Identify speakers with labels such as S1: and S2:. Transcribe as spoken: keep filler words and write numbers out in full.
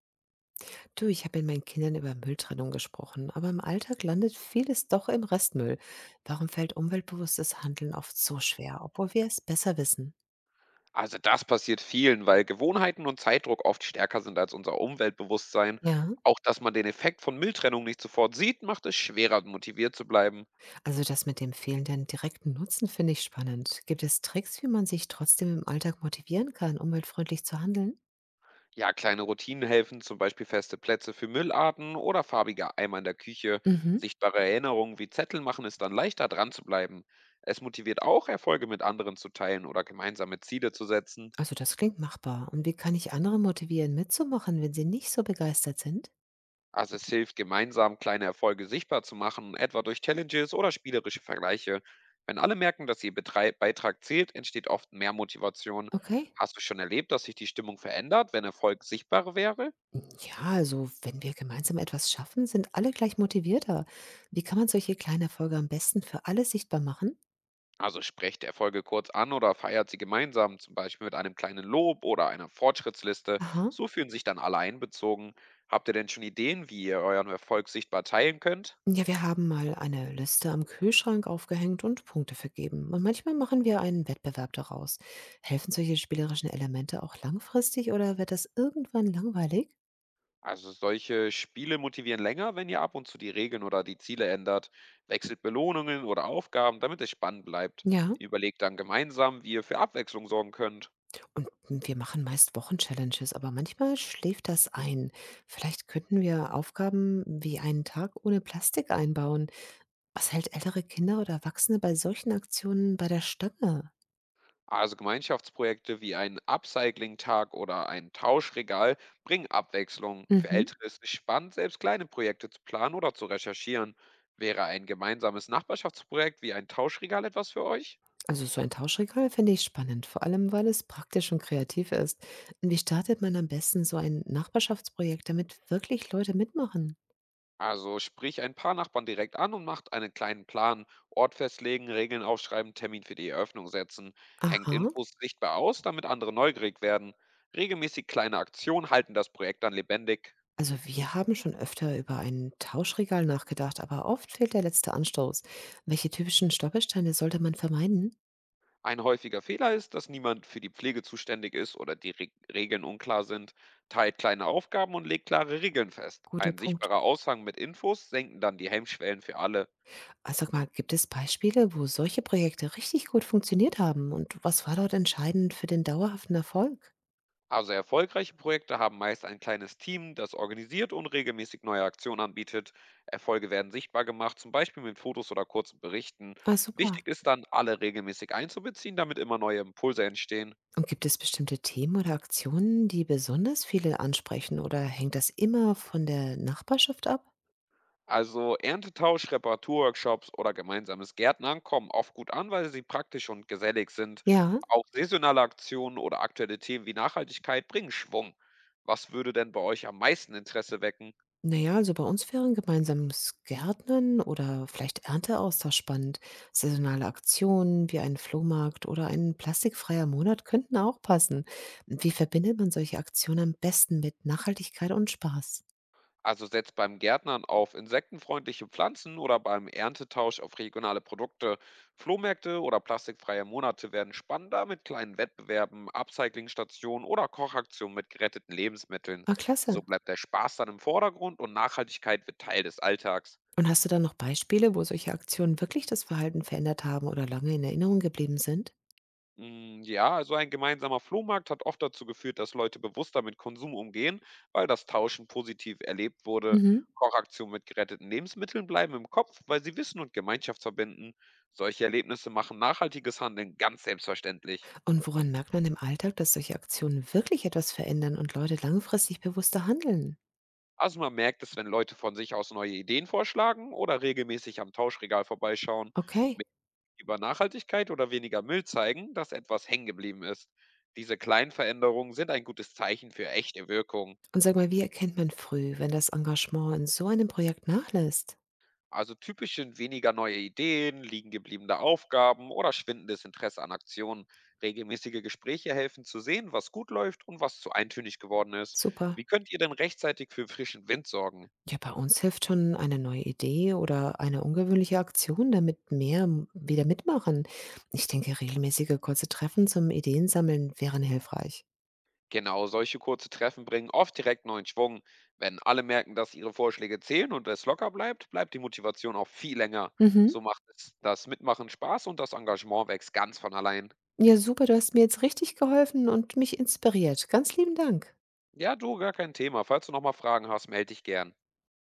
S1: Du, ich habe mit meinen Kindern über Mülltrennung gesprochen, aber im Alltag landet vieles doch im Restmüll. Warum fällt umweltbewusstes Handeln oft so schwer, obwohl wir es besser wissen?
S2: Also das passiert vielen, weil Gewohnheiten und Zeitdruck oft stärker sind als unser Umweltbewusstsein.
S1: Ja,
S2: Auch dass man den Effekt von Mülltrennung nicht sofort sieht, macht es schwerer, motiviert zu bleiben.
S1: also das mit dem fehlenden direkten Nutzen finde ich spannend. Gibt es Tricks, wie man sich trotzdem im Alltag motivieren kann, umweltfreundlich zu handeln?
S2: Ja, kleine Routinen helfen, zum Beispiel feste Plätze für Müllarten oder farbige Eimer in der Küche.
S1: Mhm.
S2: Sichtbare Erinnerungen wie Zettel machen es dann leichter, dran zu bleiben. Es motiviert auch, Erfolge mit anderen zu teilen oder gemeinsame Ziele zu setzen.
S1: Also das klingt machbar. Und wie kann ich andere motivieren, mitzumachen, wenn sie nicht so begeistert sind?
S2: Also es hilft, gemeinsam kleine Erfolge sichtbar zu machen, etwa durch Challenges oder spielerische Vergleiche. Wenn alle merken, dass ihr Betrei Beitrag zählt, entsteht oft mehr Motivation.
S1: Okay.
S2: Hast du schon erlebt, dass sich die Stimmung verändert, wenn Erfolg sichtbar wäre?
S1: Ja, also wenn wir gemeinsam etwas schaffen, sind alle gleich motivierter. Wie kann man solche kleinen Erfolge am besten für alle sichtbar machen?
S2: Also sprecht Erfolge kurz an oder feiert sie gemeinsam, zum Beispiel mit einem kleinen Lob oder einer Fortschrittsliste.
S1: Aha.
S2: So fühlen sich dann alle einbezogen. Habt ihr denn schon Ideen, wie ihr euren Erfolg sichtbar teilen könnt?
S1: Ja, wir haben mal eine Liste am Kühlschrank aufgehängt und Punkte vergeben. Und manchmal machen wir einen Wettbewerb daraus. Helfen solche spielerischen Elemente auch langfristig oder wird das irgendwann langweilig?
S2: Also solche Spiele motivieren länger, wenn ihr ab und zu die Regeln oder die Ziele ändert, wechselt Belohnungen oder Aufgaben, damit es spannend bleibt.
S1: Ja,
S2: Überlegt dann gemeinsam, wie ihr für Abwechslung sorgen könnt.
S1: und wir machen meist Wochenchallenges, aber manchmal schläft das ein. Vielleicht könnten wir Aufgaben wie einen Tag ohne Plastik einbauen. Was hält ältere Kinder oder Erwachsene bei solchen Aktionen bei der Stange?
S2: Also Gemeinschaftsprojekte wie ein Upcycling-Tag oder ein Tauschregal bringen Abwechslung. Für
S1: Mhm.
S2: Ältere ist es spannend, selbst kleine Projekte zu planen oder zu recherchieren. Wäre ein gemeinsames Nachbarschaftsprojekt wie ein Tauschregal etwas für euch?
S1: Also so ein Tauschregal finde ich spannend, vor allem weil es praktisch und kreativ ist. Wie startet man am besten so ein Nachbarschaftsprojekt, damit wirklich Leute mitmachen?
S2: Also sprich ein paar Nachbarn direkt an und macht einen kleinen Plan. Ort festlegen, Regeln aufschreiben, Termin für die Eröffnung setzen. Hängt
S1: Aha,
S2: Infos sichtbar aus, damit andere neugierig werden. Regelmäßig kleine Aktionen halten das Projekt dann lebendig.
S1: also wir haben schon öfter über ein Tauschregal nachgedacht, aber oft fehlt der letzte Anstoß. Welche typischen Stolpersteine sollte man vermeiden?
S2: Ein häufiger Fehler ist, dass niemand für die Pflege zuständig ist oder die Reg- Regeln unklar sind. Teilt kleine Aufgaben und legt klare Regeln fest.
S1: Guter
S2: Ein
S1: Punkt.
S2: sichtbarer Aushang mit Infos senken dann die Hemmschwellen für alle.
S1: Also sag mal, gibt es Beispiele, wo solche Projekte richtig gut funktioniert haben? Und was war dort entscheidend für den dauerhaften Erfolg?
S2: Also erfolgreiche Projekte haben meist ein kleines Team, das organisiert und regelmäßig neue Aktionen anbietet. Erfolge werden sichtbar gemacht, zum Beispiel mit Fotos oder kurzen Berichten.
S1: Ah, super.
S2: Wichtig ist dann, alle regelmäßig einzubeziehen, damit immer neue Impulse entstehen.
S1: Und gibt es bestimmte Themen oder Aktionen, die besonders viele ansprechen oder hängt das immer von der Nachbarschaft ab?
S2: Also Erntetausch, Reparaturworkshops oder gemeinsames Gärtnern kommen oft gut an, weil sie praktisch und gesellig sind.
S1: Ja,
S2: Auch saisonale Aktionen oder aktuelle Themen wie Nachhaltigkeit bringen Schwung. Was würde denn bei euch am meisten Interesse wecken?
S1: naja, also bei uns wären gemeinsames Gärtnern oder vielleicht Ernteaustausch spannend. Saisonale Aktionen wie ein Flohmarkt oder ein plastikfreier Monat könnten auch passen. Wie verbindet man solche Aktionen am besten mit Nachhaltigkeit und Spaß?
S2: Also setzt beim Gärtnern auf insektenfreundliche Pflanzen oder beim Erntetausch auf regionale Produkte. Flohmärkte oder plastikfreie Monate werden spannender mit kleinen Wettbewerben, Upcyclingstationen oder Kochaktionen mit geretteten Lebensmitteln.
S1: Ah, klasse.
S2: So bleibt der Spaß dann im Vordergrund und Nachhaltigkeit wird Teil des Alltags.
S1: Und hast du da noch Beispiele, wo solche Aktionen wirklich das Verhalten verändert haben oder lange in Erinnerung geblieben sind?
S2: Mm, Ja, also ein gemeinsamer Flohmarkt hat oft dazu geführt, dass Leute bewusster mit Konsum umgehen, weil das Tauschen positiv erlebt wurde.
S1: Mhm.
S2: Kochaktionen mit geretteten Lebensmitteln bleiben im Kopf, weil sie Wissen und Gemeinschaft verbinden. Solche Erlebnisse machen nachhaltiges Handeln ganz selbstverständlich.
S1: Und woran merkt man im Alltag, dass solche Aktionen wirklich etwas verändern und Leute langfristig bewusster handeln?
S2: Also man merkt es, wenn Leute von sich aus neue Ideen vorschlagen oder regelmäßig am Tauschregal vorbeischauen,
S1: Okay.
S2: mit über Nachhaltigkeit oder weniger Müll zeigen, dass etwas hängen geblieben ist. Diese kleinen Veränderungen sind ein gutes Zeichen für echte Wirkung.
S1: Und sag mal, wie erkennt man früh, wenn das Engagement in so einem Projekt nachlässt?
S2: Also typisch sind weniger neue Ideen, liegen gebliebene Aufgaben oder schwindendes Interesse an Aktionen. Regelmäßige Gespräche helfen zu sehen, was gut läuft und was zu eintönig geworden ist.
S1: Super.
S2: Wie könnt ihr denn rechtzeitig für frischen Wind sorgen?
S1: Ja, bei uns hilft schon eine neue Idee oder eine ungewöhnliche Aktion, damit mehr m- wieder mitmachen. Ich denke, regelmäßige kurze Treffen zum Ideensammeln wären hilfreich.
S2: Genau, solche kurze Treffen bringen oft direkt neuen Schwung. Wenn alle merken, dass ihre Vorschläge zählen und es locker bleibt, bleibt die Motivation auch viel länger.
S1: Mhm.
S2: So macht es das Mitmachen Spaß und das Engagement wächst ganz von allein.
S1: Ja, super, du hast mir jetzt richtig geholfen und mich inspiriert. Ganz lieben Dank.
S2: Ja, du, gar kein Thema. Falls du nochmal Fragen hast, melde dich gern.